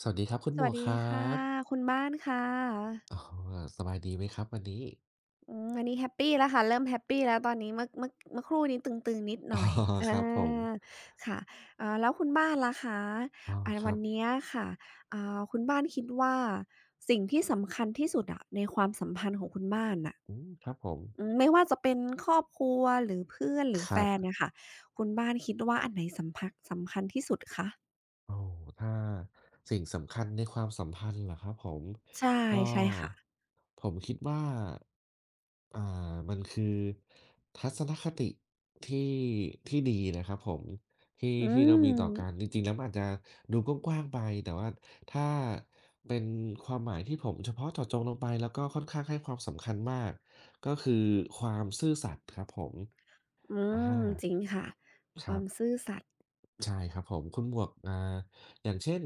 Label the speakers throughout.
Speaker 1: สวัสดีครับคุณ
Speaker 2: ส
Speaker 1: หม
Speaker 2: วั
Speaker 1: ว
Speaker 2: ส
Speaker 1: กค
Speaker 2: ดี
Speaker 1: รั
Speaker 2: ค่ะ
Speaker 1: บ
Speaker 2: คุณบ้านค่ะ
Speaker 1: อ๋อสบายดีไหมครับวันนี้
Speaker 2: อืมอันนี้แฮปปีแล้วค่ะเริ่มแฮปปีแล้วตอนนี้เมื่อครู่นี้ตึงๆนิด ห
Speaker 1: อ๋
Speaker 2: น่
Speaker 1: อ
Speaker 2: อยอา
Speaker 1: ครับผม
Speaker 2: ค่ะแล้วคุณบ้านล่ะคะ
Speaker 1: อ๋อครั
Speaker 2: วัน
Speaker 1: บ
Speaker 2: เนี้ยค่ะคุณบ้านคิดว่าสิ่งที่สำคัญที่สุดอะในความสัมพันธ์ของคุณบ้านน่ะ
Speaker 1: อืมครับผม
Speaker 2: อืมไม่ว่าจะเป็นครอบครัวหรือเพื่อนหรือ
Speaker 1: ค
Speaker 2: แฟ
Speaker 1: รับ
Speaker 2: นเนี่ยค่ะคุณบ้านคิดว่าอันไหนสำพักสำคัญที่สุดคะ
Speaker 1: โอ้ถ้าสิ่งสำคัญในความสัมพันธ์เหรอครับผม
Speaker 2: ใช่
Speaker 1: ก็
Speaker 2: ใช่ค่ะ
Speaker 1: ผมคิดว่าอ่ามันคือทัศนคติที่ที่ดีนะครับผมที่
Speaker 2: อื
Speaker 1: ที่เรามีต่อกัน
Speaker 2: ม
Speaker 1: จริงๆแล้วมันอาจจะดูกว้างๆไปแต่ว่าถ้าเป็นความหมายที่ผมเฉพาะเจาะจงลงไปแล้วก็ค่อนข้างให้ความสำคัญมากก็คือความซื่อสัตย์ครับผม
Speaker 2: อื
Speaker 1: อา
Speaker 2: มจริงค่ะ
Speaker 1: ค
Speaker 2: ค
Speaker 1: รั
Speaker 2: วาม
Speaker 1: บ
Speaker 2: ซื่อสัตย์
Speaker 1: ใช่ครับผมคุณหมวกอย่างเช่น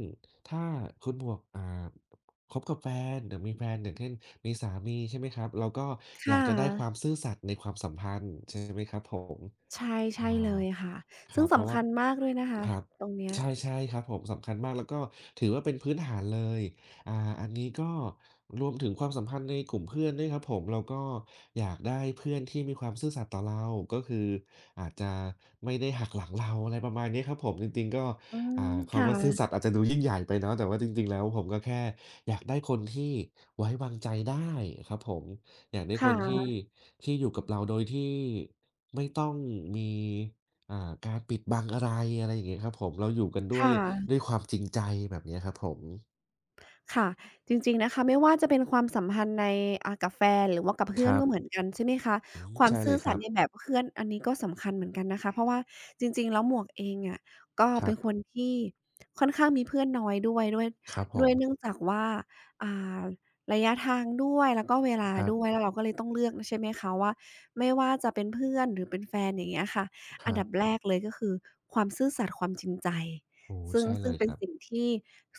Speaker 1: ถ้าคุณหมวกคบกับแฟนหรือมีแฟนอย่างเช่นมีสามีใช่ไหมครับเราก็อยาก
Speaker 2: ค่ะ
Speaker 1: จะได้ความซื่อสัตย์ในความสัมพันธ์ใช่ไหมครับผม
Speaker 2: ใช่
Speaker 1: อา
Speaker 2: ใช่เลยค่ะ
Speaker 1: ค
Speaker 2: ซึ่
Speaker 1: รั
Speaker 2: ง
Speaker 1: บเพราะ
Speaker 2: สำ
Speaker 1: ว่า
Speaker 2: คัญมากด้วยนะคะ
Speaker 1: ครับ
Speaker 2: ตรงเนี้ย
Speaker 1: ใช่ครับผม สำคัญมากแล้วก็ถือว่าเป็นพื้นฐานเลยอ่าอันนี้ก็รวมถึงความสัมพันธ์ในกลุ่มเพื่อนด้วยครับผมเราก็อยากได้เพื่อนที่มีความซื่อสัตย์ต่อเราก็คืออาจจะไม่ได้หักหลังเราอะไรประมาณนี้ครับผมจริงๆก็
Speaker 2: อืมค
Speaker 1: คำว่าซื่อสัต
Speaker 2: ่ะ
Speaker 1: ย์อาจจะดูยิ่งใหญ่ไปเนาะแต่ว่าจริงๆแล้วผมก็แค่อยากได้คนที่ไว้วางใจได้ครับผม อยากได้ค
Speaker 2: ค่ะ
Speaker 1: นที่ที่อยู่กับเราโดยที่ไม่ต้องมีการปิดบังอะไรอะไรอย่างเงี้ยครับผมเราอยู่กันด้วย
Speaker 2: ค่ะ
Speaker 1: ด้วยความจริงใจแบบเนี้ยครับผม
Speaker 2: ค่ะจริงๆนะคะไม่ว่าจะเป็นความสัมพันธ์ในกับแฟนหรือว่ากับ
Speaker 1: ค
Speaker 2: เพื่อน
Speaker 1: รับ
Speaker 2: ก็เหมือนกันใช่ไหมคะ
Speaker 1: อืม
Speaker 2: ความ
Speaker 1: ใช่เล
Speaker 2: ซื่อ
Speaker 1: ยค
Speaker 2: สั
Speaker 1: รั
Speaker 2: ต
Speaker 1: บ
Speaker 2: ย์ในแบบเพื่อนอันนี้ก็สำคัญเหมือนกันนะคะเพราะว่าจริงๆแล้วหมวกเองอะก็
Speaker 1: ครั
Speaker 2: เป็น
Speaker 1: บ
Speaker 2: คนที่ค่อนข้างมีเพื่อนน้อยด้วยด้วย
Speaker 1: ครับผ
Speaker 2: ด้
Speaker 1: ม
Speaker 2: วยเนื่องจากว่าอ่าระยะทางด้วยแล้วก็เวลา
Speaker 1: ครับ
Speaker 2: ด้วยแล้วเราก็เลยต้องเลือกใช่ไหมคะว่าไม่ว่าจะเป็นเพื่อนหรือเป็นแฟนอย่างเงี้ยค่ะ
Speaker 1: ค
Speaker 2: อัน
Speaker 1: รับ
Speaker 2: ดับแรกเลยก็คือความซื่อสัตย์ความจริงใจ
Speaker 1: โอ้
Speaker 2: ซึ่ง
Speaker 1: ใช่เล
Speaker 2: ซึ่ง
Speaker 1: ยค
Speaker 2: เป็น
Speaker 1: รับ
Speaker 2: สิ่งที่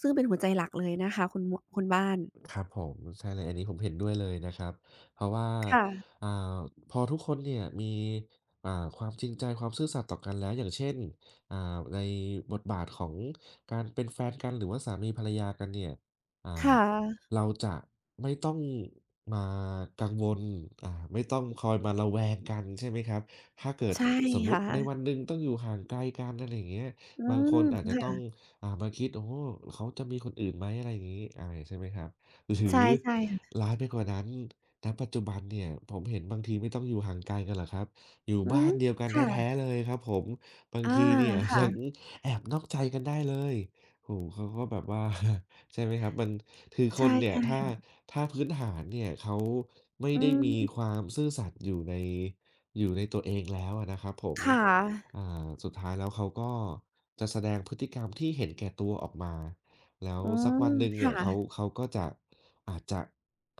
Speaker 2: ซึ่งเป็นหัวใจหลักเลยนะคะคุณหมัคุณบ้าน
Speaker 1: ครับผมใช่เลยอันนี้ผมเห็นด้วยเลยนะครับเพราะว่า
Speaker 2: ค่ะ
Speaker 1: อ่าพอทุกคนเนี่ยมีอ่าความจริงใจความซื่อสัตย์ต่อกันแล้วอย่างเช่นอ่าในบทบาทของการเป็นแฟนกันหรือว่าสามีภรรยากันเนี่ยอ่า
Speaker 2: ค่ะ
Speaker 1: เราจะไม่ต้องมากังวลไม่ต้องคอยมาระแวงกันใช่ไหมครับถ้าเกิด
Speaker 2: ใช่
Speaker 1: สมมุติ
Speaker 2: ค่ะ
Speaker 1: ในวันหนึ่งต้องอยู่ห่างไกลกันอะไรอย่างเงี้ย
Speaker 2: อื
Speaker 1: บางคน
Speaker 2: ม
Speaker 1: อาจจะต้อง
Speaker 2: ค่ะ
Speaker 1: มาคิดโอ้โฮเขาจะมีคนอื่นไหมอะไรอย่างงี้อาใช่ไหมครับ หรื
Speaker 2: ใช่
Speaker 1: อ
Speaker 2: ใช่ค่ะ
Speaker 1: ร้ายไปกว่านั้นณปัจจุบันเนี่ยผมเห็นบางทีไม่ต้องอยู่ห่างไกลกันหรอกครับอยู่
Speaker 2: อื
Speaker 1: บ้า
Speaker 2: ม
Speaker 1: นเดียวกันแท้
Speaker 2: ค่ะ
Speaker 1: ๆเลยครับผมบาง
Speaker 2: อา
Speaker 1: ทีเนี่ย ยัง
Speaker 2: ค่ะ
Speaker 1: แอบนอกใจกันได้เลยโอ้โฮเขาก็แบบว่า ใช่ไหมครับมันคือค
Speaker 2: ใช
Speaker 1: นเนี่ยถ้า
Speaker 2: ่
Speaker 1: ถ้าพื้นฐานเนี่ยเขาไม่
Speaker 2: ๆอื
Speaker 1: ได้
Speaker 2: ม
Speaker 1: มีความซื่อสัตย์อยู่ในตัวเองแล้วอะนะครับผม
Speaker 2: ค่ะ
Speaker 1: อ่าสุดท้ายแล้วเขาก็จะแสดงพฤติกรรมที่เห็นแก่ตัวออกมาแล้ว
Speaker 2: อื
Speaker 1: สักวันหนึ่งเนี่ยเขา
Speaker 2: ม
Speaker 1: เขาก็จะ อาจจะ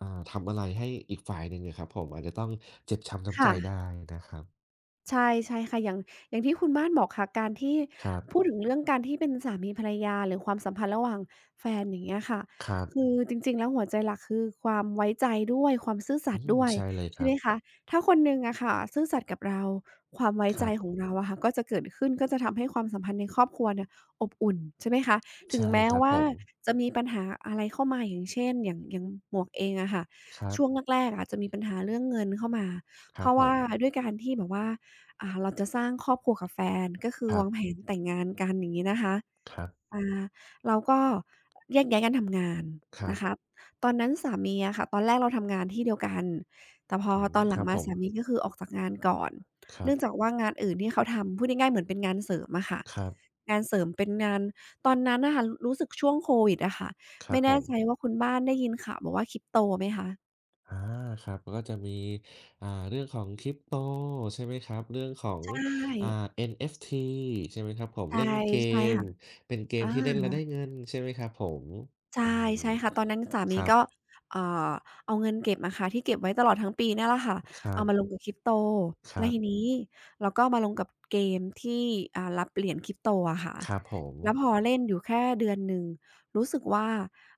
Speaker 1: ทำอะไรให้อีกฝ่ายหนึ่งอะครับผมอาจจะต้องเจ็บช้ำน้ำใจ
Speaker 2: ค่ะค่ะ
Speaker 1: ได้นะครับ
Speaker 2: ใช่ใช่ค่ะอย่างที่คุณบ้านบอกค่ะการที่
Speaker 1: ครับ
Speaker 2: พูดถึงเรื่องการที่เป็นสามีภรรยาหรือความสัมพันธ์ระหว่างแฟนอย่างเงี้ยค่ะ
Speaker 1: ครั
Speaker 2: คื
Speaker 1: บ
Speaker 2: อจริงๆแล้วหัวใจหลักคือความไว้ใจด้วยความซื่อสั
Speaker 1: อื
Speaker 2: ตย์
Speaker 1: ม
Speaker 2: ด้วย
Speaker 1: ใช่เลยค
Speaker 2: ใช่
Speaker 1: รั
Speaker 2: ไห
Speaker 1: บ
Speaker 2: มคะถ้าคนหนึ่งอะค่ะซื่อสัตย์กับเราความไว้
Speaker 1: ค
Speaker 2: ใจ
Speaker 1: รับ
Speaker 2: ของเราอะค่ะก็จะเกิดขึ้นก็จะทำให้ความสัมพันธ์ในครอบครัวเนี่ยอบอุ่นใช่ไหมคะถึง
Speaker 1: ใช่
Speaker 2: แม้
Speaker 1: ครับผ
Speaker 2: ว่า
Speaker 1: ม
Speaker 2: จะมีปัญหาอะไรเข้ามาอย่างเช่นอย่างอย่างหมวกเองอะค่ะ
Speaker 1: ครั
Speaker 2: ช่วง
Speaker 1: บ
Speaker 2: แรกๆอะจะมีปัญหาเรื่องเงินเข้ามา
Speaker 1: ค
Speaker 2: เพ
Speaker 1: รับ
Speaker 2: ราะ
Speaker 1: ผ
Speaker 2: ว่า
Speaker 1: ม
Speaker 2: ด้วยการที่แบบว่า เราจะสร้างครอบครัวกับแฟนก็คื
Speaker 1: ค
Speaker 2: อ
Speaker 1: รั
Speaker 2: วางแผ
Speaker 1: บ
Speaker 2: นแต่งงานกันอย่างงี้นะคะ
Speaker 1: ครับ
Speaker 2: อาเราก็แยกย้ายกันทำงาน
Speaker 1: ครับ
Speaker 2: นะคะตอนนั้นสามีอะค่ะ ตอนแรกเราทำงานที่เดียวกัน แต่พอ
Speaker 1: อืม
Speaker 2: ตอนห
Speaker 1: ค
Speaker 2: ลัง
Speaker 1: รับผ
Speaker 2: มา
Speaker 1: ม
Speaker 2: สามีก็คือออกจากงานก่อน
Speaker 1: ครับ
Speaker 2: เนื่องจากว่างานอื่นที่เขาทำพูดง่ายๆเหมือนเป็นงานเสริมอะค่ะ
Speaker 1: ครับ
Speaker 2: งานเสริมเป็นงานตอนนั้นน่ะค่ะรรู้สึกช่วงโควิดอะค่ะ
Speaker 1: ครั
Speaker 2: ไม่
Speaker 1: บผ
Speaker 2: แน่
Speaker 1: ม
Speaker 2: ใจว่าคุณบ้านได้ยินข่าวบอกว่า Crypto ไหมคะ
Speaker 1: อาครับก็จะมีเรื่องของ Crypto ใช่ไหมครับเรื่องของ
Speaker 2: ใช
Speaker 1: อ่า
Speaker 2: ่
Speaker 1: NFT ใช่ไหมครับผม
Speaker 2: ใช่
Speaker 1: เล่นเก
Speaker 2: ใช่
Speaker 1: ม
Speaker 2: ค่ะ
Speaker 1: เป็นเกม
Speaker 2: อา
Speaker 1: ที่เล่นแล้วได้เงินใช่ไหมครับผม
Speaker 2: ใช่
Speaker 1: อืม
Speaker 2: ใช่ค่ะตอนนั้นสามี
Speaker 1: ครั
Speaker 2: ก็
Speaker 1: บ
Speaker 2: เอ่อเอาเงินเก็บอะค่ะที่เก็บไว้ตลอดทั้งปีเนี่ยแหละค่ะ
Speaker 1: ครั
Speaker 2: เอามาลง
Speaker 1: บ
Speaker 2: กับ Crypto
Speaker 1: ค
Speaker 2: แล้
Speaker 1: รั
Speaker 2: ว
Speaker 1: บ
Speaker 2: ทีนี้เราก็มาลงกับเกมที่รับเหรียญ Crypto อะค่ะ
Speaker 1: ครับผม
Speaker 2: แล้วพอเล่นอยู่แค่เดือนหนึ่งรู้สึกว่า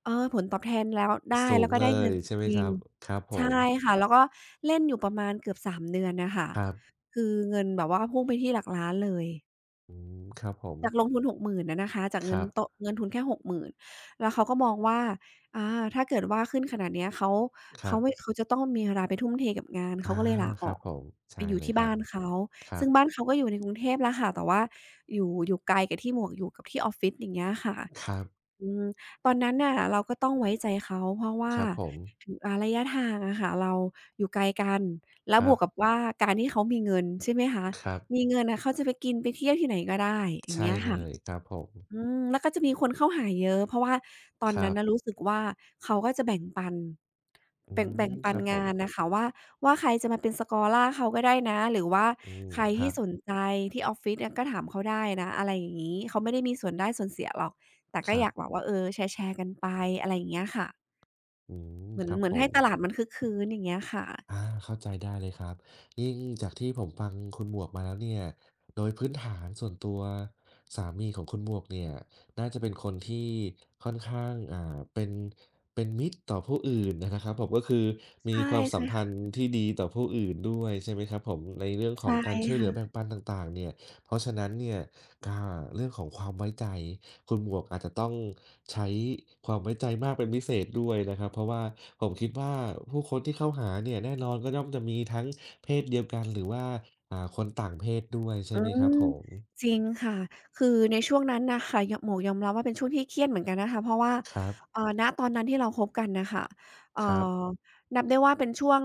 Speaker 2: เออผลตอบแทนแล้วได้
Speaker 1: สู
Speaker 2: แล้
Speaker 1: ง
Speaker 2: วก็
Speaker 1: เล
Speaker 2: ได้เงิ
Speaker 1: ย
Speaker 2: นจ
Speaker 1: ใช่ไหมค
Speaker 2: ริง
Speaker 1: รับครับผ
Speaker 2: ๆใช่
Speaker 1: ม
Speaker 2: ค่ะแล้วก็เล่นอยู่ประมาณเกือบสามเดือนน่ะค่ะ
Speaker 1: ครับ
Speaker 2: คือเงินแบบว่าพุ่งไปที่หลักล้านเลย
Speaker 1: อืมครับผม
Speaker 2: จากลงทุน60,000อะนะคะจาก
Speaker 1: ค
Speaker 2: เงิน
Speaker 1: รับ
Speaker 2: โตะเงินทุนแค่60,000แล้วเขาก็มองว่าอาถ้าเกิดว่าขึ้นขนาดเนี้ยเขา
Speaker 1: ครั
Speaker 2: เขาไม่
Speaker 1: บ
Speaker 2: เขาจะต้องมีเวลาไปทุ่มเทกับงาน
Speaker 1: อา
Speaker 2: เขาก็เลยลา
Speaker 1: ค
Speaker 2: อ
Speaker 1: รั
Speaker 2: อ
Speaker 1: บ
Speaker 2: ก
Speaker 1: ผม
Speaker 2: ไป
Speaker 1: ใช่
Speaker 2: อยู่
Speaker 1: เลย
Speaker 2: ที่
Speaker 1: ครั
Speaker 2: บ้า
Speaker 1: บ
Speaker 2: นเขา
Speaker 1: ครั
Speaker 2: ซึ่
Speaker 1: บ
Speaker 2: งบ้านเขาก็อยู่ในกรุงเทพแล้วค่ะแต่ว่าอยู่อยู่ไกลกับที่หมวกอยู่กับที่ออฟฟิศอย่างเงี้ยค่ะ
Speaker 1: ครับ
Speaker 2: อืมตอนนั้นน่ะเราก็ต้องไว้ใจเขาเพราะ
Speaker 1: ค
Speaker 2: ว่า
Speaker 1: รับผม
Speaker 2: ถึงระยะทางอะค่ะเราอยู่ไกลกันแล้
Speaker 1: ค
Speaker 2: วบ
Speaker 1: รับ
Speaker 2: วกกับว่าการที่เขามีเงินใช่ไหมคะ
Speaker 1: ครับ
Speaker 2: มีเงินน่ะเขาจะไปกินไปเที่ยวที่ไหนก็ได้อย่าง
Speaker 1: ใช่
Speaker 2: เงี้ย
Speaker 1: เล
Speaker 2: ค่ะ
Speaker 1: ยครับผม
Speaker 2: อืมแล้วก็จะมีคนเข้าหาเยอะเพราะว่าตอน
Speaker 1: ครั
Speaker 2: นั้น
Speaker 1: บ
Speaker 2: น่ะรู้สึกว่าเขาก็จะแบ่งปัน
Speaker 1: อื
Speaker 2: แบ่ง
Speaker 1: มค
Speaker 2: ปัน
Speaker 1: รับผ
Speaker 2: งา
Speaker 1: ม
Speaker 2: นน่ะค่ะว่าใครจะมาเป็น Scholar เขาก็ได้นะหรือว่า
Speaker 1: อืม
Speaker 2: ใคร
Speaker 1: ครั
Speaker 2: ที่
Speaker 1: บ
Speaker 2: สนใจที่ออฟฟิศอะก็ถามเขาได้นะอะไรอย่างงี้เขาไม่ได้มีส่วนได้ส่วนเสียหรอกแต่
Speaker 1: ค
Speaker 2: ก็
Speaker 1: รั
Speaker 2: อ
Speaker 1: บ
Speaker 2: ยากแบบว่าเออแชร์ๆกันไปอะไรอย่างเงี้ยค่ะ
Speaker 1: อืม
Speaker 2: เหมือ
Speaker 1: ค
Speaker 2: น
Speaker 1: รับ
Speaker 2: เหมื
Speaker 1: ผ
Speaker 2: อนให้
Speaker 1: ม
Speaker 2: ตลาดมันคึกคื้นอย่างเงี้ยค่ะ
Speaker 1: อาเข้าใจได้เลยครับยิ่งจากที่ผมฟังคุณหมวกมาแล้วเนี่ยโดยพื้นฐานส่วนตัวสามีของคุณหมวกเนี่ยน่าจะเป็นคนที่ค่อนข้างเป็นมิตรต่อผู้อื่นอะนะครับผมก็คือมี
Speaker 2: ใช่
Speaker 1: ความสั
Speaker 2: ใช่
Speaker 1: มพัน
Speaker 2: ค่ะ
Speaker 1: ธ์ที่ดีต่อผู้อื่นด้วยใช่ไหมครับผมในเรื่องขอ
Speaker 2: ใช่
Speaker 1: งการช่วยเหลือ
Speaker 2: ค่ะ
Speaker 1: แบ่งปันต่างๆเนี่ยเพราะฉะนั้นเนี่ย อาเรื่องของความไว้ใจคุณหมวกอาจจะต้องใช้ความไว้ใจมากเป็นพิเศษด้วยนะครับเพราะว่าผมคิดว่าผู้คนที่เข้าหาเนี่ยแน่นอนก็ย่อมจะมีทั้งเพศเดียวกันหรือว่าคนต่างเพศด้วยใช่ไหมครับผ
Speaker 2: ม
Speaker 1: ม
Speaker 2: จริงค่ะคือในช่วงนั้นน่ะค่ะยหมวกยอมรับว่าเป็นช่วงที่เครียดเหมือนกันนะคะเพราะว่า
Speaker 1: ครับ
Speaker 2: ณตอนนั้นที่เราคบกันน่ะค่ะ
Speaker 1: ค
Speaker 2: เอ่
Speaker 1: รั
Speaker 2: อ
Speaker 1: บ
Speaker 2: นับได้ว่าเป็นช่วง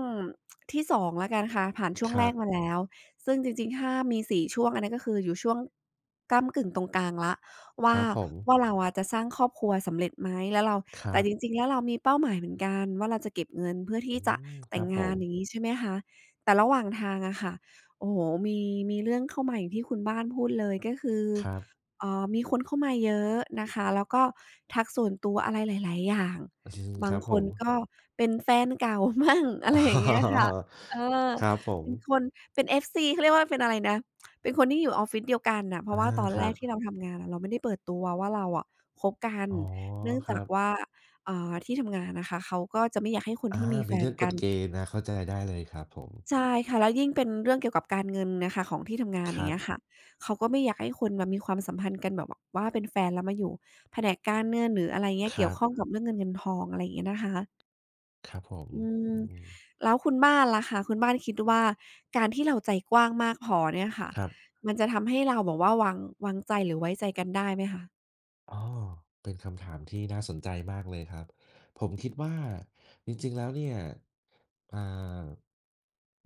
Speaker 2: ที่สองแล้วกันค่ะผ่านช่ว
Speaker 1: ค
Speaker 2: งแร
Speaker 1: รั
Speaker 2: กมา
Speaker 1: บ
Speaker 2: แล้วซึ่งจริงๆถ้ามี4ช่วงอันนั้นก็คืออยู่ช่วงก้ำกึ่งตรงกลางแล้ว
Speaker 1: ค
Speaker 2: ว่า
Speaker 1: รับผม
Speaker 2: ว่าเราอะจะสร้างครอบครัวสำเร็จไหมแล้วเรา
Speaker 1: ครั
Speaker 2: แต่จ
Speaker 1: บ
Speaker 2: ริงๆแล้วเรามีเป้าหมายเหมือนกันว่าเราจะเก็บเงินเพื่อที่
Speaker 1: อื
Speaker 2: จะ
Speaker 1: มค
Speaker 2: แต่
Speaker 1: รั
Speaker 2: ง
Speaker 1: บผ
Speaker 2: งา
Speaker 1: ม
Speaker 2: นอย่างงี้ใช่ไหมคะแต่ระหว่างทางอะค่ะ โอ้โฮมีมีเรื่องเข้ามาอย่างที่คุณบ้านพูดเลยก็คือ
Speaker 1: ครับ
Speaker 2: มีคนเข้ามาเยอะนะคะแล้วก็ทักส่วนตัวอะไรหลายๆอย่าง
Speaker 1: อืมค
Speaker 2: บาง
Speaker 1: รับ
Speaker 2: ค
Speaker 1: ผ
Speaker 2: น
Speaker 1: ม
Speaker 2: ก็เป็นแฟนเก่า มั่งอะ
Speaker 1: อ๋
Speaker 2: ไรอย่างเงี้ยค่ะ
Speaker 1: อ
Speaker 2: เออ
Speaker 1: ครับผม
Speaker 2: เป็นคนเป็น FC เขาเรียกว่าเป็นอะไรนะเป็นคนที่อยู่ออฟฟิศเดียวกันน่ะเพ
Speaker 1: อา
Speaker 2: ราะว่าตอน
Speaker 1: ค
Speaker 2: แร
Speaker 1: รั
Speaker 2: ก
Speaker 1: บ
Speaker 2: ที่เราทำงานอะเราไม่ได้เปิดตัวว่าเราอะคบกัน
Speaker 1: อ๋อ
Speaker 2: เนื่อง
Speaker 1: ค
Speaker 2: จา
Speaker 1: รั
Speaker 2: ก
Speaker 1: บ
Speaker 2: ว่าที่ทำงานนะคะเขาก็จะไม่อยากให้คน
Speaker 1: อา
Speaker 2: ที่มีแฟ
Speaker 1: มี
Speaker 2: น
Speaker 1: เรื่องก
Speaker 2: กั
Speaker 1: ฎ
Speaker 2: น
Speaker 1: เกณฑ์นะเข้าใจได้เลยครับผม
Speaker 2: ใช่ค่ะแล้วยิ่งเป็นเรื่องเกี่ยวกับการเงินน่ะค่ะของที่ทำงาน
Speaker 1: ค
Speaker 2: อย่า
Speaker 1: รั
Speaker 2: งเงี้ย
Speaker 1: บ
Speaker 2: ค่ะเขาก็ไม่อยากให้คนมามีความสัมพันธ์กันแบบว่าเป็นแฟนแล้วมาอยู่แผนกการเงินหรืออะไรเงี้ย
Speaker 1: ค
Speaker 2: เกี่ย
Speaker 1: รั
Speaker 2: ว
Speaker 1: บ
Speaker 2: ข้องกับเรื่องเงินเงินทองอะไรอย่างเงี้ยนะคะ
Speaker 1: ครับผม
Speaker 2: อื
Speaker 1: อื
Speaker 2: ม
Speaker 1: ม
Speaker 2: แล้วคุณบ้านล่ะคะคุณบ้านคิดว่าการที่เราใจกว้างมากพอเนี่ยค่ะ
Speaker 1: ครับ
Speaker 2: มันจะทำให้เราแบบว่าวางใจหรือไว้ใจกันได้ไหมคะ
Speaker 1: อ๋อเป็นคำถามที่น่าสนใจมากเลยครับ ผมคิดว่าจริงๆแล้วเนี่ยอ่า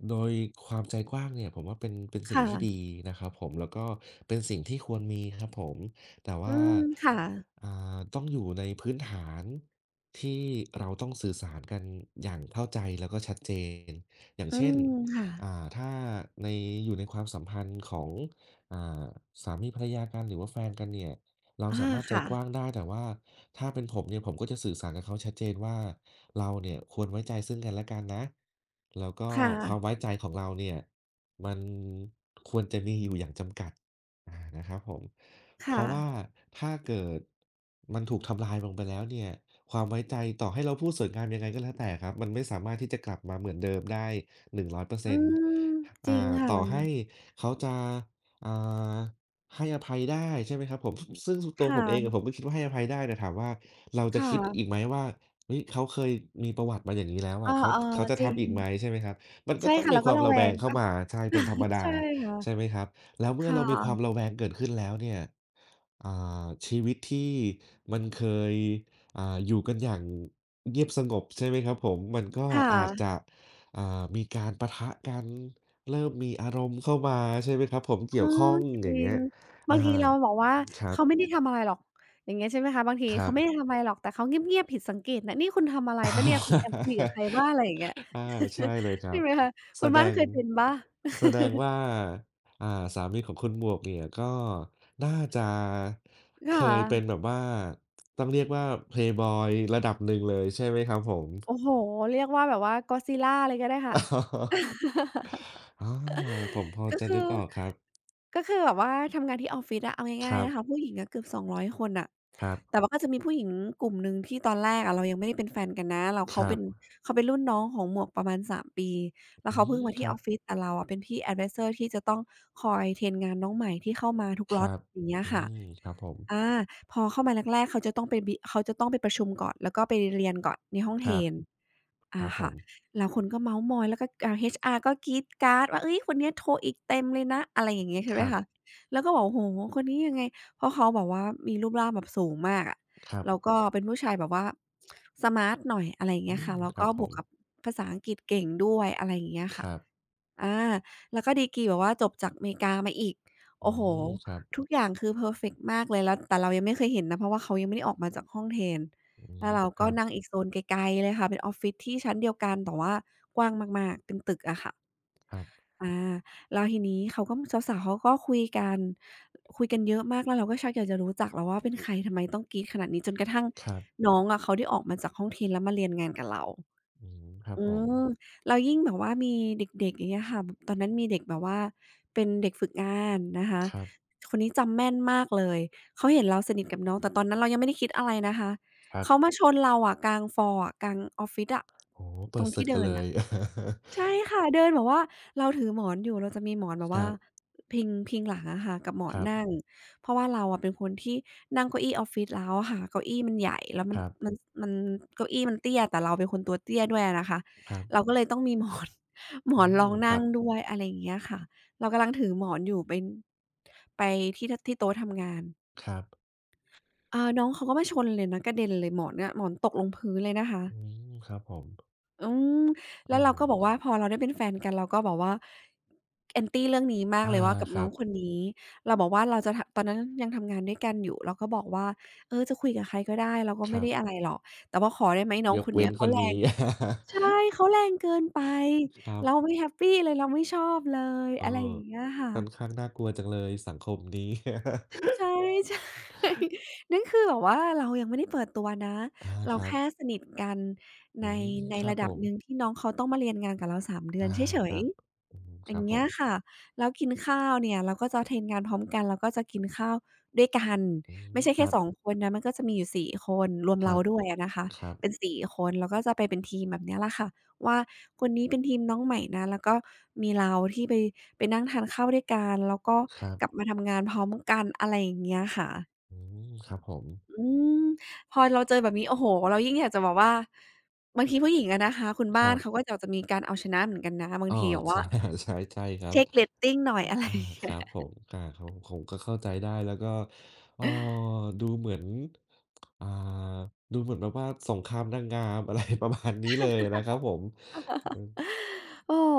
Speaker 1: โดยความใจกว้างเนี่ยผมว่าเป็น
Speaker 2: ค
Speaker 1: สิ่งที่ดี
Speaker 2: ่ะ
Speaker 1: นะครับผมแล้วก็เป็นสิ่งที่ควรมีครับผม แต่
Speaker 2: อื
Speaker 1: ว่า
Speaker 2: มค่ะ
Speaker 1: อ่ต้องอยู่ในพื้นฐานที่เราต้องสื่อสารกันอย่างเข้าใจแล้วก็ชัดเจน อย่าง
Speaker 2: อื
Speaker 1: เช่น
Speaker 2: มค่ะ
Speaker 1: อ่าถ้าในอยู่ในความสัมพันธ์ของอ่าสามีภรรยากันหรือว่าแฟนกันเนี่ย เรา
Speaker 2: อา
Speaker 1: สามารถใจ
Speaker 2: ค่ะ
Speaker 1: กว้างได้แต่ว่าถ้าเป็นผมเนี่ยผมก็จะสื่อสารกับเขาชัดเจนว่าเราเนี่ยควรไว้ใจซึ่งกันและกันนะแล้วก็
Speaker 2: ค่ะ
Speaker 1: ความไว้ใจของเราเนี่ยมันควรจะมีอยู่อย่างจำกัดนะครับผมเพ
Speaker 2: ค่ะ
Speaker 1: ราะว่าถ้าเกิดมันถูกทำลายลงไปแล้วเนี่ยความไว้ใจต่อให้เราพูดสวยงามยังไงก็แล้วแต่ครับมันไม่สามารถที่จะกลับมาเหมือนเดิมได้100%อยเปอร์
Speaker 2: อื
Speaker 1: เซ็นต์
Speaker 2: มจริง
Speaker 1: ต่อให้
Speaker 2: ค่ะ
Speaker 1: เขาจะอ่า ให้อภัยได้ใช่ไหมครับผมซึ่ง
Speaker 2: ค
Speaker 1: ตัวผมเองอะ
Speaker 2: ่ะ
Speaker 1: ผมก็คิดว่าให้อภัยได้แต่ถามว่าเรา
Speaker 2: ค
Speaker 1: จะคิดอีก
Speaker 2: ่ะ
Speaker 1: ไหมว่าเฮ้ยเขาเคยมีประวัติมาอย่างงี้แล้ว
Speaker 2: เอ
Speaker 1: อะ
Speaker 2: อ
Speaker 1: เขาจะ
Speaker 2: ๆจริ
Speaker 1: ทำอี
Speaker 2: ง
Speaker 1: กไหมใช่ไหมครับมันก็
Speaker 2: ใช่
Speaker 1: ต้อง
Speaker 2: ค่ะ
Speaker 1: มี
Speaker 2: เรา
Speaker 1: ค
Speaker 2: ก็
Speaker 1: วาม
Speaker 2: ระ
Speaker 1: ระ
Speaker 2: แว
Speaker 1: แวง
Speaker 2: ง
Speaker 1: เข้า
Speaker 2: อา
Speaker 1: มาใช่เป็นธรรม ดา
Speaker 2: ใช่ค่ะ
Speaker 1: ใช่ไหมครับแล้วเมื่
Speaker 2: ค
Speaker 1: อเรามีความ
Speaker 2: ่ะ
Speaker 1: ระแวงเกิดขึ้นแล้วเนี่ยอ่ชีวิตที่มันเคยอยู่กันอย่างเงียบสงบใช่ไหมครับผมมันก็
Speaker 2: ค่ะ
Speaker 1: อาจจะอ่ามีการปะทะกันเริ่มมีอารมณ์เข้ามาใช่ไหมครับผม
Speaker 2: เอ
Speaker 1: เกี่
Speaker 2: อ
Speaker 1: ยวข้อง
Speaker 2: จริ
Speaker 1: อย่างเงี้
Speaker 2: ง
Speaker 1: ย อา
Speaker 2: บางทีเราบอกว่า
Speaker 1: ครับ
Speaker 2: เขาไม่ได้ทำอะไรหรอกอย่างเงี้ยใช่ไหมคะบางที
Speaker 1: ครั
Speaker 2: เขา
Speaker 1: บ
Speaker 2: ไม่ได้ทำอะไรหรอกแต่เขาเงียบๆผิดสังเกตนะนี่คุณทำอะไรเปล่าเนี่ยคุณแอบคุยกับใครบ้างอะไรอย่างเงี้ย
Speaker 1: อาใช่เลยค รั
Speaker 2: ใช่
Speaker 1: บ
Speaker 2: ไหมคะ
Speaker 1: แส
Speaker 2: คุณ
Speaker 1: ด
Speaker 2: บ้าน
Speaker 1: ง
Speaker 2: เคยเป็นเปล่า
Speaker 1: แสดงว่าอ่าสามีของคุณหมวกเนี่ยก็น่าจะเค
Speaker 2: ค่ะ
Speaker 1: ยเป็นแบบว่าต้องเรียกว่าเพลย์บอยระดับหนึ่งเลยใช่ไหมครับผม
Speaker 2: โอ้โฮเรียกว่าแบบว่า Godzilla เลยก็ได้ค่ะ
Speaker 1: อออาผมพอ
Speaker 2: ก็
Speaker 1: จะ
Speaker 2: คื
Speaker 1: นึก
Speaker 2: อ
Speaker 1: ออกครับ
Speaker 2: ก็คือแบบว่าทำงานที่ออฟฟิศอะเอา
Speaker 1: ค
Speaker 2: ง่าย
Speaker 1: รั
Speaker 2: ๆ
Speaker 1: บ
Speaker 2: นะคะผู้หญิงอะเกือบ200คนน่ะ
Speaker 1: ครับ
Speaker 2: แต่ว่าก็จะมีผู้หญิงกลุ่มหนึ่งที่ตอนแรกอะเรายังไม่ได้เป็นแฟนกันนะเรา
Speaker 1: ค
Speaker 2: เขา
Speaker 1: รั
Speaker 2: เป็
Speaker 1: บ
Speaker 2: นเขาเป็นรุ่นน้องของหมวกประมาณ3 ปีแล้ว
Speaker 1: อื
Speaker 2: เขาเพิ่
Speaker 1: ม
Speaker 2: งมา
Speaker 1: ค
Speaker 2: ที่
Speaker 1: รั
Speaker 2: อ
Speaker 1: บ
Speaker 2: อฟฟิศแต่เราอะเป็นพี่แอดไวเซอร์ที่จะต้องคอยเทรนงานน้องใหม่ที่เข้ามาทุก
Speaker 1: ค
Speaker 2: ล็อต
Speaker 1: รับ
Speaker 2: อย่างเงี้ย
Speaker 1: อื
Speaker 2: ค่ะ
Speaker 1: มครับผม
Speaker 2: อาพอเข้ามาแรกๆเขาจะต้องไปบิเขาจะต้องไปประชุมก่อนแล้วก็ไปเรียนก่อนในห้อง
Speaker 1: ค
Speaker 2: เทร
Speaker 1: รับ
Speaker 2: น
Speaker 1: ค
Speaker 2: อา
Speaker 1: รับผ
Speaker 2: ค่ะ
Speaker 1: ม
Speaker 2: แล้วคนก็เม้าท์มอยแล้วก็HR ก็กรี๊ดกราดว่าเฮ้ยคนเนี้ยโทรอีกเต็มเลยนะอะไรอย่างเงี้ยใช่
Speaker 1: ค
Speaker 2: ไหม
Speaker 1: รั
Speaker 2: คะ
Speaker 1: บ
Speaker 2: แล้วก็บอกโอ้โฮคนนี้ยังไง เพราะเขาแบบว่ามีรูปร่างแบบสูงมากอะ
Speaker 1: ครับ
Speaker 2: แล้วก็เป็นผู้ชายแบบว่าสมาร์ตหน่อยอะไรอย่าง
Speaker 1: อื
Speaker 2: เงี้ย
Speaker 1: ม
Speaker 2: ค่ะแล้ว
Speaker 1: ครับ
Speaker 2: ก็
Speaker 1: ผ
Speaker 2: บว
Speaker 1: ม
Speaker 2: กกับภาษาอังกฤษเก่งด้วยอะไรอย่างเงี้ย
Speaker 1: ค
Speaker 2: ค่ะ
Speaker 1: รับ
Speaker 2: อาแล้วก็ดีกรีแบบว่าจบจากอเมริกามาอีก
Speaker 1: อื
Speaker 2: โอ้โฮ
Speaker 1: มครับ
Speaker 2: ทุกอย่างคือเพอร์เฟกต์มากเลยแล้วแต่เรายังไม่เคยเห็นนะเพราะว่าเขายังไม่ได้ออกมาจากห้องเทรน
Speaker 1: อื
Speaker 2: แล้
Speaker 1: ม
Speaker 2: วเรา
Speaker 1: ค
Speaker 2: ก็
Speaker 1: รับ
Speaker 2: นั่งอีกโซนไกลๆเลยค่ะเป็นออฟฟิศที่ชั้นเดียวกันแต่ว่ากว้างมากๆเป็นตึกอะค่ะ
Speaker 1: ครับ
Speaker 2: อาแล้วทีนี้เขาก็สาวๆเขาก็คุยกันเยอะมากแล้วเราก็ชักอยากจะรู้จักแล้วว่าเป็นใครทำไมต้องกรี๊ดขนาดนี้จนกระทั่ง
Speaker 1: ครับ
Speaker 2: น้องอะเขาได้ออกมาจากห้องเทรนแล้วมาเรียนงานกับเรา
Speaker 1: อืมครับ
Speaker 2: อื
Speaker 1: ผม
Speaker 2: มแล้วยิ่งแบบว่ามีเด็กๆอย่างเงี้ยค่ะตอนนั้นมีเด็กแบบว่าเป็นเด็กฝึกงานนะคะ
Speaker 1: ครับ
Speaker 2: คนนี้จำแม่นมากเลยเขาเห็นเราสนิทกับน้องแต่ตอนนั้นเรายังไม่ได้คิดอะไรนะคะ
Speaker 1: ครับ
Speaker 2: เขามาชนเราอะกลางฟลอร์อะกลางออฟฟิศอะ
Speaker 1: โอ้โฮ
Speaker 2: ต
Speaker 1: เปิ
Speaker 2: ร
Speaker 1: ด
Speaker 2: ง
Speaker 1: ศึ
Speaker 2: ที่
Speaker 1: กกัน
Speaker 2: เดิน
Speaker 1: เล
Speaker 2: อะ
Speaker 1: ย
Speaker 2: ใช่ค่ะเดินแบบว่าเราถือหมอนอยู่เราจะมีหมอนแบบ
Speaker 1: ค
Speaker 2: ว่า
Speaker 1: รับ
Speaker 2: พิงหลังอะค่ะกับหมอ
Speaker 1: ค
Speaker 2: น
Speaker 1: รั
Speaker 2: นั่ง
Speaker 1: บ
Speaker 2: เพราะว่าเราอะเป็นคนที่นั่งเก้าอี้ออฟฟิศแล้วอะค่ะเก้าอี้มันใหญ่แล้ว
Speaker 1: ครับ
Speaker 2: มันมันเก้าอี้มันเตี้ยแต่เราเป็นคนตัวเตี้ยด้วยอะนะคะ
Speaker 1: ครั
Speaker 2: เราก็
Speaker 1: บ
Speaker 2: เลยต้องมีหมอน หม
Speaker 1: อื
Speaker 2: อนร
Speaker 1: ม
Speaker 2: อง
Speaker 1: ครั
Speaker 2: นั่ง
Speaker 1: บ
Speaker 2: ด้วยอะไรอย่างเงี้ยค่ะเรากำลังถือหมอนอยู่ไปที่ทที่โต๊ะทำงาน
Speaker 1: ครับ
Speaker 2: เออน้องเขาก็มาชนเลยนะกระเด็นเลยหมอนเนี่ยหมอนตกลงพื้นเลยนะคะ
Speaker 1: อืมครับผม
Speaker 2: อืมแล้ว
Speaker 1: โอ้
Speaker 2: เรา
Speaker 1: โฮ
Speaker 2: ก็บอกว่าพอเราได้เป็นแฟนกันเราก็บอกว่า anti เรื่องนี้มาก
Speaker 1: อา
Speaker 2: เลยว่ากับ
Speaker 1: ค
Speaker 2: น้อ
Speaker 1: รั
Speaker 2: ง
Speaker 1: บ
Speaker 2: คนนี้เราบอกว่าเราจะทตอนนั้นยังทำงานด้วยกันอยู่เราก็บอกว่าเออจะคุยกับใครก็ได้เราก็
Speaker 1: ค
Speaker 2: ไม่
Speaker 1: รั
Speaker 2: ได้อะไร
Speaker 1: บ
Speaker 2: หรอกแต่ว่าขอได้ไหมน้อง
Speaker 1: ยก
Speaker 2: คน
Speaker 1: เว้
Speaker 2: เนี้
Speaker 1: น
Speaker 2: ย
Speaker 1: ค
Speaker 2: เขา
Speaker 1: น
Speaker 2: แร
Speaker 1: นี้
Speaker 2: ง ใช่เขาแรงเกินไป
Speaker 1: ครั
Speaker 2: เรา
Speaker 1: บ
Speaker 2: ไม่แฮปปีเลยเราไม่ชอบเลย
Speaker 1: เออ
Speaker 2: อะไรอย่างเงี้ยค่ะ
Speaker 1: ค่อนข้างน่ากลัวจังเลยสังคมนี้
Speaker 2: ใช่ใช่ นั่นคือแบบว่าเรายังไม่ได้เปิดตัวนะ
Speaker 1: อา
Speaker 2: เรา
Speaker 1: ครั
Speaker 2: แค่
Speaker 1: บ
Speaker 2: สนิทกัน
Speaker 1: อื
Speaker 2: ใน
Speaker 1: ม
Speaker 2: ใน
Speaker 1: ครับ
Speaker 2: ระ
Speaker 1: ผ
Speaker 2: ดับ
Speaker 1: ม
Speaker 2: หนึ่งที่น้องเขาต้องมาเรียนงานกับเรา3เดือน
Speaker 1: อา
Speaker 2: เฉ
Speaker 1: ค
Speaker 2: ย
Speaker 1: รับอืม
Speaker 2: ๆ อ
Speaker 1: ค
Speaker 2: ย่า
Speaker 1: รับ
Speaker 2: ง
Speaker 1: ผ
Speaker 2: เงี้ย
Speaker 1: ม
Speaker 2: ค่ะแล้วกินข้าวเนี่ยเราก็จะเทรนงานพร้อมกันแล้วก็จะกินข้าวด้วยกัน
Speaker 1: อืม
Speaker 2: ไม่ใช่
Speaker 1: ค
Speaker 2: แค่
Speaker 1: รับ
Speaker 2: 2 คนนะมันก็จะมีอยู่สี่คนรวม
Speaker 1: ค
Speaker 2: เรา
Speaker 1: รับ
Speaker 2: ด้วยอะนะคะ
Speaker 1: ครับ
Speaker 2: เป็นสี่คนแล้วก็จะไปเป็นทีมแบบเนี้ยแหละค่ะว่าคนนี้เป็นทีมน้องใหม่นะแล้วก็มีเราที่ไปนั่งทานข้าวด้วยกันแล้วก็
Speaker 1: ครั
Speaker 2: กลับ
Speaker 1: บ
Speaker 2: มาทำงานพร้อมกันอะไรอย่างเงี้ยค่ะ
Speaker 1: อืมครับผม
Speaker 2: อืมพอเราเจอแบบนี้โอ้โฮเรายิ่งอยากจะบอกว่าบางทีผู้หญิงอะนะคะคุณ
Speaker 1: ค
Speaker 2: บ้า
Speaker 1: รั
Speaker 2: น
Speaker 1: บ
Speaker 2: เขาก็อยากจะมีการเอาชนะเหมือนกันนะบาง
Speaker 1: อ้อ
Speaker 2: ทีแบบว่า
Speaker 1: ใช่ ใช่ใช่ครับ
Speaker 2: เช็กเรตติงหน่อย อะไร
Speaker 1: อา
Speaker 2: อย่าง
Speaker 1: ค
Speaker 2: เงี้
Speaker 1: รั
Speaker 2: ย
Speaker 1: บผมอาผม ผมก็เข้าใจได้ แล้วก็เอ่อดูเหมือนอ่าดูเหมือนแบบว่าสงครามนางงาม อะไร ประมาณนี้เลยนะครับผมอืม
Speaker 2: โอ้โฮ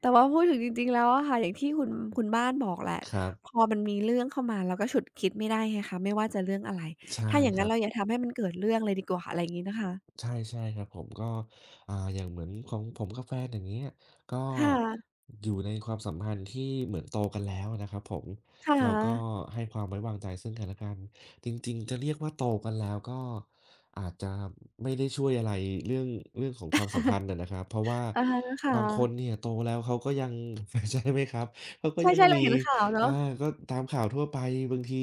Speaker 2: แต่ว่าพูดถึงจริงๆแล้วอะค่ะอย่างที่คุณบ้านบอกแหละ
Speaker 1: ครั
Speaker 2: พ
Speaker 1: บ
Speaker 2: อมันมีเรื่องเข้ามาเราก็ฉุดคิดไม่ได้ไงคะไม่ว่าจะเรื่องอะไร
Speaker 1: ใช่
Speaker 2: ถ้าอย่าง
Speaker 1: ค
Speaker 2: งั้
Speaker 1: รั
Speaker 2: น
Speaker 1: บ
Speaker 2: เราอย่าทำให้มันเกิดเรื่องเลยดีกว่าอะไรอย่างงี้นะคะ
Speaker 1: ใช่ใช่ครับผมก็อย่างเหมือนของผมกับแฟนอย่างเงี้ยก็
Speaker 2: ค่ะ
Speaker 1: อยู่ในความสัมพันธ์ที่เหมือนโตกันแล้วนะครับผม
Speaker 2: ค่ะ
Speaker 1: เราก็ให้ความไว้วางใจซึ่งกันและกันจริงๆจะเรียกว่าโตกันแล้วก็อาจจะไม่ได้ช่วยอะไรเรื่องเรื่องของความสัมพันธ์อะนะครับเพราะว่า
Speaker 2: อะฮะค่
Speaker 1: บางคน
Speaker 2: ะ
Speaker 1: เนี่ยโตแล้วเขาก็ยัง ใช่ไหมครับเขาก็ยัง
Speaker 2: ใช่ๆเรา
Speaker 1: มี
Speaker 2: เห็นข่าว
Speaker 1: อา
Speaker 2: เนาะ
Speaker 1: ก็ตามข่าวทั่วไปบางที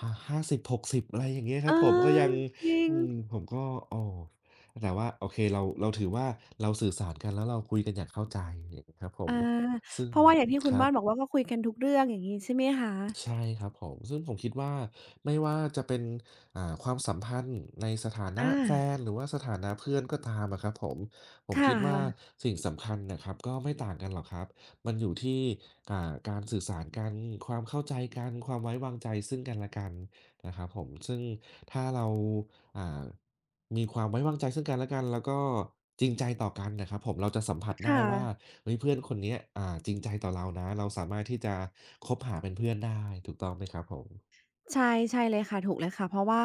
Speaker 1: หห้าสิบหกสิบอะไรอย่างเงี้ยค
Speaker 2: เอ
Speaker 1: รับผมก็ยั
Speaker 2: อ
Speaker 1: ง
Speaker 2: จริง
Speaker 1: อืมผมก็โอ้ แต่ว่าโอเคเราถือว่าเราสื่อสารกันแล้วเราคุยกันอย่างเข้าใจอย่างงี้ครับผม
Speaker 2: อา
Speaker 1: ซึ่ง
Speaker 2: เพราะว่าอย่างที่คุ
Speaker 1: ค
Speaker 2: ณ
Speaker 1: รั
Speaker 2: บ้า
Speaker 1: บ
Speaker 2: นบอกว่าก็คุยกันทุกเรื่องอย่างงี้ใช่ไหมคะ
Speaker 1: ใช่ครับผมซึ่งผมคิดว่าไม่ว่าจะเป็นความสัมพันธ์ในสถานะ
Speaker 2: อา
Speaker 1: แฟนหรือว่าสถานะเพื่อนก็ตามอะครับผมผม
Speaker 2: ค่
Speaker 1: คิดว่า
Speaker 2: ะ
Speaker 1: สิ่งสำคัญน่ะครับก็ไม่ต่างกันหรอกครับมันอยู่ที่การสื่อสารกันความเข้าใจกันความไว้วางใจซึ่งกันและกัน นะครับผมซึ่งถ้าเราอ่ามีความไว้วางใจซึ่งกันและกันแล้วก็จริงใจต่อกันน่ะครับผมเราจะสัมผัส
Speaker 2: ค
Speaker 1: ได้ว่า
Speaker 2: ่ะ
Speaker 1: เฮ้ยเพื่อนคนเนี้ยจริงใจต่อเรานะเราสามารถที่จะคบหาเป็นเพื่อนได้ถูกต้องไหมครับผม
Speaker 2: ใช่ใช่เลยค่ะถูกเลยค่ะเพราะว่า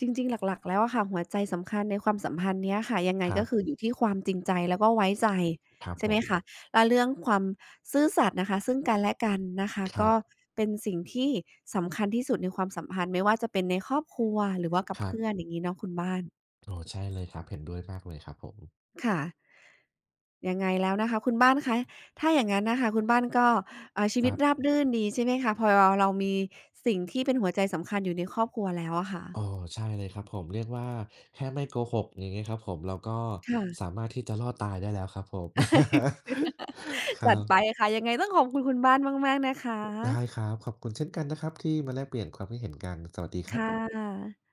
Speaker 2: จริงๆหลักๆแล้วอะค่ะหัวใจสำคัญในความสัมพันธ์เนี้ยค่ะยังไง
Speaker 1: ครั
Speaker 2: ก็คือ
Speaker 1: บ
Speaker 2: อยู่ที่ความจริงใจแล้วก็ไว้ใจ
Speaker 1: ครับ
Speaker 2: ใช่
Speaker 1: ผ
Speaker 2: ไหม
Speaker 1: ม
Speaker 2: คะแล้วเรื่องความซื่อสัตย์นะคะซึ่งกันและกันนะคะ
Speaker 1: ครั
Speaker 2: ก็
Speaker 1: บ
Speaker 2: เป็นสิ่งที่สำคัญที่สุดในความสัมพันธ์ไม่ว่าจะเป็นในครอบครัวหรือว่ากับ
Speaker 1: ครั
Speaker 2: เพื่อน
Speaker 1: บ
Speaker 2: อย่างงี้เนาะคุณบ้าน
Speaker 1: โอ้ใช่เลยครับเห็นด้วยมากเลยครับผม
Speaker 2: ค่ะยังไงแล้วนะคะคุณบ้านคะถ้าอย่างงั้นน่ะค่ะคุณบ้านก็ชี
Speaker 1: ค
Speaker 2: วิต
Speaker 1: รั
Speaker 2: รา
Speaker 1: บ
Speaker 2: บรื่นดีใช่ไหมคะพอเรามีสิ่งที่เป็นหัวใจสำคัญอยู่ในครอบครัวแล้วอะค่ะ
Speaker 1: อ๋อใช่เลยครับผมเรียกว่าแค่ไม่โกหกอย่างงี้ครับผมเราก็
Speaker 2: ค่ะ
Speaker 1: สามารถที่จะรอดตายได้แล้วครับผม ค
Speaker 2: จั
Speaker 1: รั
Speaker 2: ดไป
Speaker 1: บ
Speaker 2: ค่ะยังไงต้องขอบคุณคุณบ้านมากๆนะคะ
Speaker 1: ได้ครับขอบคุณเช่นกันนะครับที่มาแลกเปลี่ยนความคิดเห็นกันสวัสดีครั
Speaker 2: ค่
Speaker 1: บ
Speaker 2: ะ